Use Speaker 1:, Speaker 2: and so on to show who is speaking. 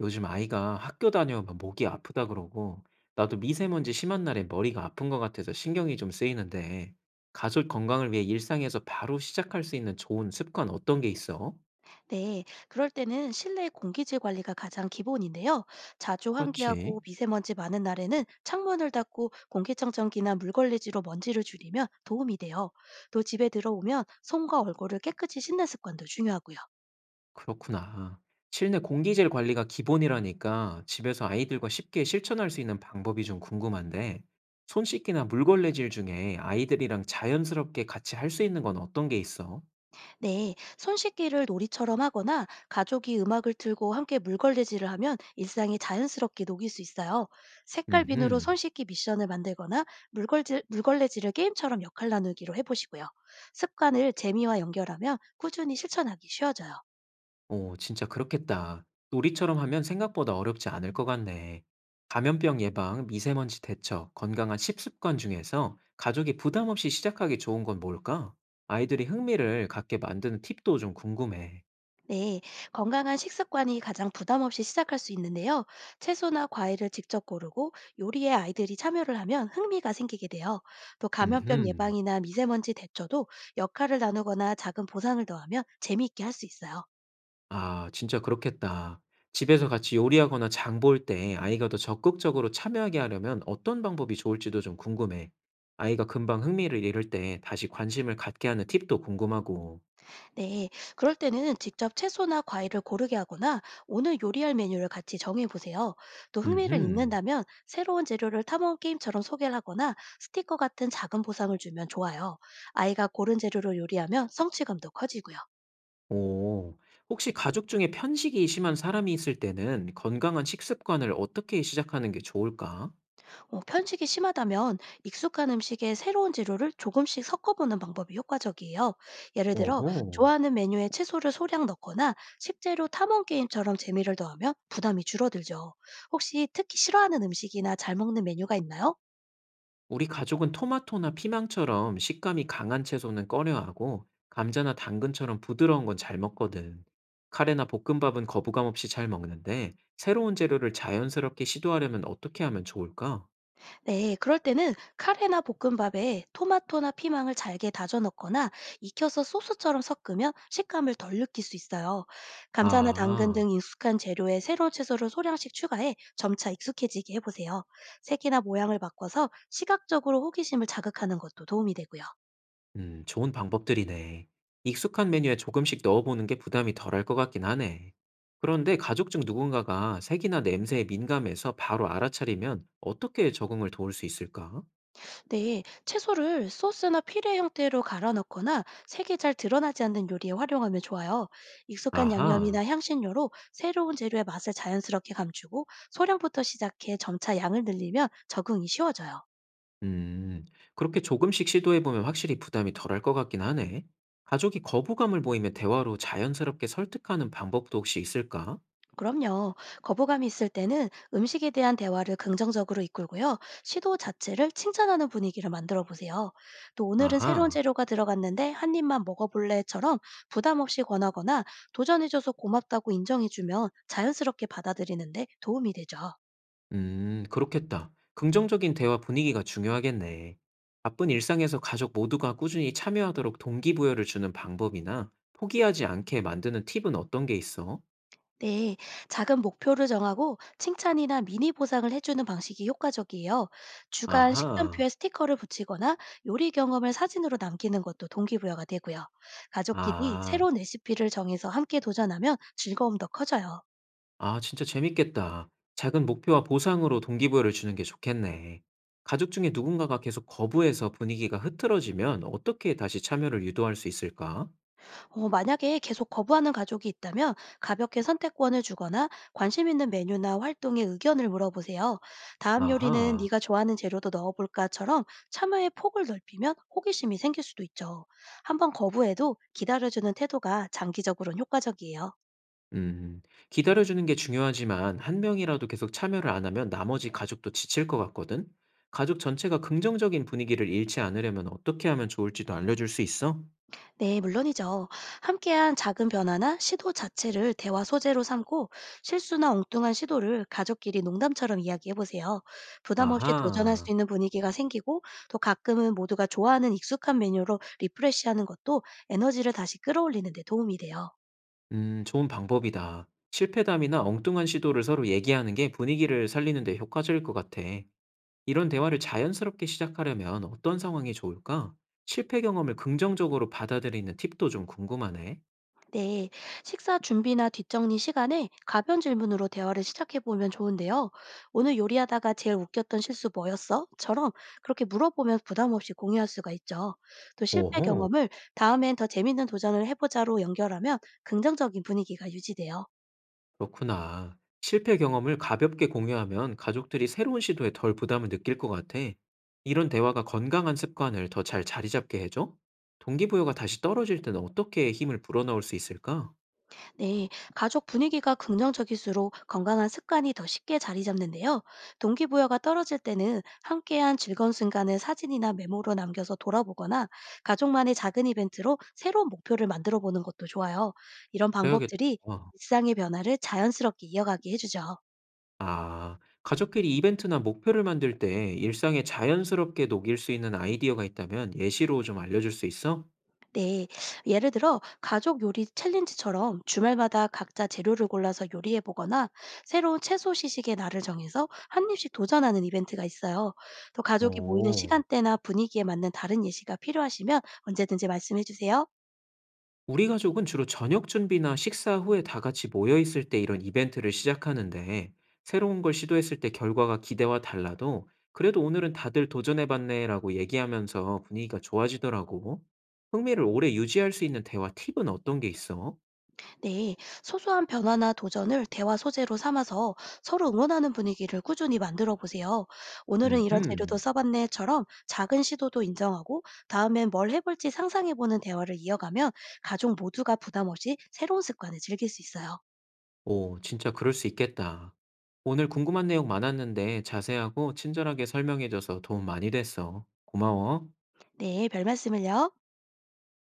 Speaker 1: 요즘 아이가 학교 다녀오면 목이 아프다 그러고, 나도 미세먼지 심한 날에 머리가 아픈 것 같아서 신경이 좀 쓰이는데, 가족 건강을 위해 일상에서 바로 시작할 수 있는 좋은 습관 어떤 게 있어?
Speaker 2: 네, 그럴 때는 실내 공기질 관리가 가장 기본인데요. 자주 환기하고
Speaker 1: 그렇지.
Speaker 2: 미세먼지 많은 날에는 창문을 닫고 공기청정기나 물걸레질로 먼지를 줄이면 도움이 돼요. 또 집에 들어오면 손과 얼굴을 깨끗이 씻는 습관도 중요하고요.
Speaker 1: 그렇구나. 실내 공기질 관리가 기본이라니까 집에서 아이들과 쉽게 실천할 수 있는 방법이 좀 궁금한데, 손 씻기나 물걸레질 중에 아이들이랑 자연스럽게 같이 할 수 있는 건 어떤 게 있어?
Speaker 2: 네, 손 씻기를 놀이처럼 하거나 가족이 음악을 틀고 함께 물걸레질을 하면 일상이 자연스럽게 녹일 수 있어요. 색깔 비누로 손
Speaker 1: 음흠.
Speaker 2: 씻기 미션을 만들거나 물걸레질을 게임처럼 역할 나누기로 해보시고요. 습관을 재미와 연결하면 꾸준히 실천하기 쉬워져요.
Speaker 1: 오 진짜 그렇겠다. 놀이처럼 하면 생각보다 어렵지 않을 것 같네. 감염병 예방, 미세먼지 대처, 건강한 식습관 중에서 가족이 부담 없이 시작하기 좋은 건 뭘까? 아이들이 흥미를 갖게 만드는 팁도 좀 궁금해.
Speaker 2: 네, 건강한 식습관이 가장 부담 없이 시작할 수 있는데요. 채소나 과일을 직접 고르고 요리에 아이들이 참여를 하면 흥미가 생기게 돼요. 또 감염병
Speaker 1: 음흠.
Speaker 2: 예방이나 미세먼지 대처도 역할을 나누거나 작은 보상을 더하면 재미있게 할 수 있어요.
Speaker 1: 아, 진짜 그렇겠다. 집에서 같이 요리하거나 장볼 때 아이가 더 적극적으로 참여하게 하려면 어떤 방법이 좋을지도 좀 궁금해. 아이가 금방 흥미를 잃을 때 다시 관심을 갖게 하는 팁도 궁금하고.
Speaker 2: 네, 그럴 때는 직접 채소나 과일을 고르게 하거나 오늘 요리할 메뉴를 같이 정해 보세요. 또 흥미를
Speaker 1: 음흠.
Speaker 2: 잃는다면 새로운 재료를 탐험 게임처럼 소개를 하거나 스티커 같은 작은 보상을 주면 좋아요. 아이가 고른 재료로 요리하면 성취감도 커지고요.
Speaker 1: 오. 혹시 가족 중에 편식이 심한 사람이 있을 때는 건강한 식습관을 어떻게 시작하는 게 좋을까?
Speaker 2: 편식이 심하다면 익숙한 음식에 새로운 재료를 조금씩 섞어보는 방법이 효과적이에요. 예를 들어
Speaker 1: 오호.
Speaker 2: 좋아하는 메뉴에 채소를 소량 넣거나 식재료 탐험 게임처럼 재미를 더하면 부담이 줄어들죠. 혹시 특히 싫어하는 음식이나 잘 먹는 메뉴가 있나요?
Speaker 1: 우리 가족은 토마토나 피망처럼 식감이 강한 채소는 꺼려하고 감자나 당근처럼 부드러운 건 잘 먹거든. 카레나 볶음밥은 거부감 없이 잘 먹는데 새로운 재료를 자연스럽게 시도하려면 어떻게 하면 좋을까?
Speaker 2: 네, 그럴 때는 카레나 볶음밥에 토마토나 피망을 잘게 다져 넣거나 익혀서 소스처럼 섞으면 식감을 덜 느낄 수 있어요. 감자나 당근
Speaker 1: 아.
Speaker 2: 등 익숙한 재료에 새로운 채소를 소량씩 추가해 점차 익숙해지게 해보세요. 색이나 모양을 바꿔서 시각적으로 호기심을 자극하는 것도 도움이 되고요.
Speaker 1: 좋은 방법들이네. 익숙한 메뉴에 조금씩 넣어보는 게 부담이 덜할 것 같긴 하네. 그런데 가족 중 누군가가 색이나 냄새에 민감해서 바로 알아차리면 어떻게 적응을 도울 수 있을까?
Speaker 2: 네, 채소를 소스나 피레 형태로 갈아 넣거나 색이 잘 드러나지 않는 요리에 활용하면 좋아요. 익숙한
Speaker 1: 아하,
Speaker 2: 양념이나 향신료로 새로운 재료의 맛을 자연스럽게 감추고 소량부터 시작해 점차 양을 늘리면 적응이 쉬워져요.
Speaker 1: 음, 그렇게 조금씩 시도해보면 확실히 부담이 덜할 것 같긴 하네. 가족이 거부감을 보이면 대화로 자연스럽게 설득하는 방법도 혹시 있을까?
Speaker 2: 그럼요. 거부감이 있을 때는 음식에 대한 대화를 긍정적으로 이끌고요. 시도 자체를 칭찬하는 분위기를 만들어 보세요. 또 오늘은 새로운
Speaker 1: 아하.
Speaker 2: 재료가 들어갔는데 한 입만 먹어볼래?처럼 부담 없이 권하거나 도전해줘서 고맙다고 인정해주면 자연스럽게 받아들이는데 도움이 되죠.
Speaker 1: 그렇겠다. 긍정적인 대화 분위기가 중요하겠네. 바쁜 일상에서 가족 모두가 꾸준히 참여하도록 동기부여를 주는 방법이나 포기하지 않게 만드는 팁은 어떤 게 있어?
Speaker 2: 네, 작은 목표를 정하고 칭찬이나 미니 보상을 해주는 방식이 효과적이에요. 주간 식단표에
Speaker 1: 아하,
Speaker 2: 스티커를 붙이거나 요리 경험을 사진으로 남기는 것도 동기부여가 되고요. 가족끼리
Speaker 1: 아,
Speaker 2: 새로운 레시피를 정해서 함께 도전하면 즐거움도 커져요.
Speaker 1: 아, 진짜 재밌겠다. 작은 목표와 보상으로 동기부여를 주는 게 좋겠네. 가족 중에 누군가가 계속 거부해서 분위기가 흐트러지면 어떻게 다시 참여를 유도할 수 있을까?
Speaker 2: 만약에 계속 거부하는 가족이 있다면 가볍게 선택권을 주거나 관심 있는 메뉴나 활동에 의견을 물어보세요. 다음 요리는
Speaker 1: 아하.
Speaker 2: 네가 좋아하는 재료도 넣어볼까처럼 참여의 폭을 넓히면 호기심이 생길 수도 있죠. 한번 거부해도 기다려주는 태도가 장기적으로는 효과적이에요.
Speaker 1: 음, 기다려주는 게 중요하지만 한 명이라도 계속 참여를 안 하면 나머지 가족도 지칠 것 같거든? 가족 전체가 긍정적인 분위기를 잃지 않으려면 어떻게 하면 좋을지도 알려줄 수 있어?
Speaker 2: 네, 물론이죠. 함께한 작은 변화나 시도 자체를 대화 소재로 삼고 실수나 엉뚱한 시도를 가족끼리 농담처럼 이야기해 보세요. 부담 없이 도전할 수
Speaker 1: 아하,
Speaker 2: 있는 분위기가 생기고 또 가끔은 모두가 좋아하는 익숙한 메뉴로 리프레시하는 것도 에너지를 다시 끌어올리는 데 도움이 돼요.
Speaker 1: 좋은 방법이다. 실패담이나 엉뚱한 시도를 서로 얘기하는 게 분위기를 살리는 데 효과적일 것 같아. 이런 대화를 자연스럽게 시작하려면 어떤 상황이 좋을까? 실패 경험을 긍정적으로 받아들이는 팁도 좀 궁금하네.
Speaker 2: 네, 식사 준비나 뒷정리 시간에 가벼운 질문으로 대화를 시작해 보면 좋은데요. 오늘 요리하다가 제일 웃겼던 실수 뭐였어? 처럼 그렇게 물어보면 부담 없이 공유할 수가 있죠. 또 실패
Speaker 1: 오호.
Speaker 2: 경험을 다음엔 더 재밌는 도전을 해보자로 연결하면 긍정적인 분위기가 유지돼요.
Speaker 1: 그렇구나. 실패 경험을 가볍게 공유하면 가족들이 새로운 시도에 덜 부담을 느낄 것 같아. 이런 대화가 건강한 습관을 더 잘 자리 잡게 해줘? 동기부여가 다시 떨어질 때는 어떻게 힘을 불어넣을 수 있을까?
Speaker 2: 네, 가족 분위기가 긍정적일수록 건강한 습관이 더 쉽게 자리 잡는데요. 동기부여가 떨어질 때는 함께한 즐거운 순간을 사진이나 메모로 남겨서 돌아보거나 가족만의 작은 이벤트로 새로운 목표를 만들어 보는 것도 좋아요. 이런
Speaker 1: 그래야겠다.
Speaker 2: 방법들이 일상의 변화를 자연스럽게 이어가게 해주죠.
Speaker 1: 아, 가족끼리 이벤트나 목표를 만들 때 일상에 자연스럽게 녹일 수 있는 아이디어가 있다면 예시로 좀 알려줄 수 있어?
Speaker 2: 네. 예를 들어 가족 요리 챌린지처럼 주말마다 각자 재료를 골라서 요리해 보거나 새로운 채소 시식의 날을 정해서 한 입씩 도전하는 이벤트가 있어요. 또 가족이 모이는
Speaker 1: 오.
Speaker 2: 시간대나 분위기에 맞는 다른 예시가 필요하시면 언제든지 말씀해 주세요.
Speaker 1: 우리 가족은 주로 저녁 준비나 식사 후에 다 같이 모여 있을 때 이런 이벤트를 시작하는데, 새로운 걸 시도했을 때 결과가 기대와 달라도, 그래도 오늘은 다들 도전해봤네라고 얘기하면서 분위기가 좋아지더라고. 흥미를 오래 유지할 수 있는 대화 팁은 어떤 게 있어?
Speaker 2: 네, 소소한 변화나 도전을 대화 소재로 삼아서 서로 응원하는 분위기를 꾸준히 만들어 보세요. 오늘은 이런 재료도
Speaker 1: 음흠.
Speaker 2: 써봤네처럼 작은 시도도 인정하고 다음엔 뭘 해볼지 상상해 보는 대화를 이어가면 가족 모두가 부담 없이 새로운 습관을 즐길 수 있어요.
Speaker 1: 오, 진짜 그럴 수 있겠다. 오늘 궁금한 내용 많았는데 자세하고 친절하게 설명해줘서 도움 많이 됐어. 고마워.
Speaker 2: 네, 별 말씀을요.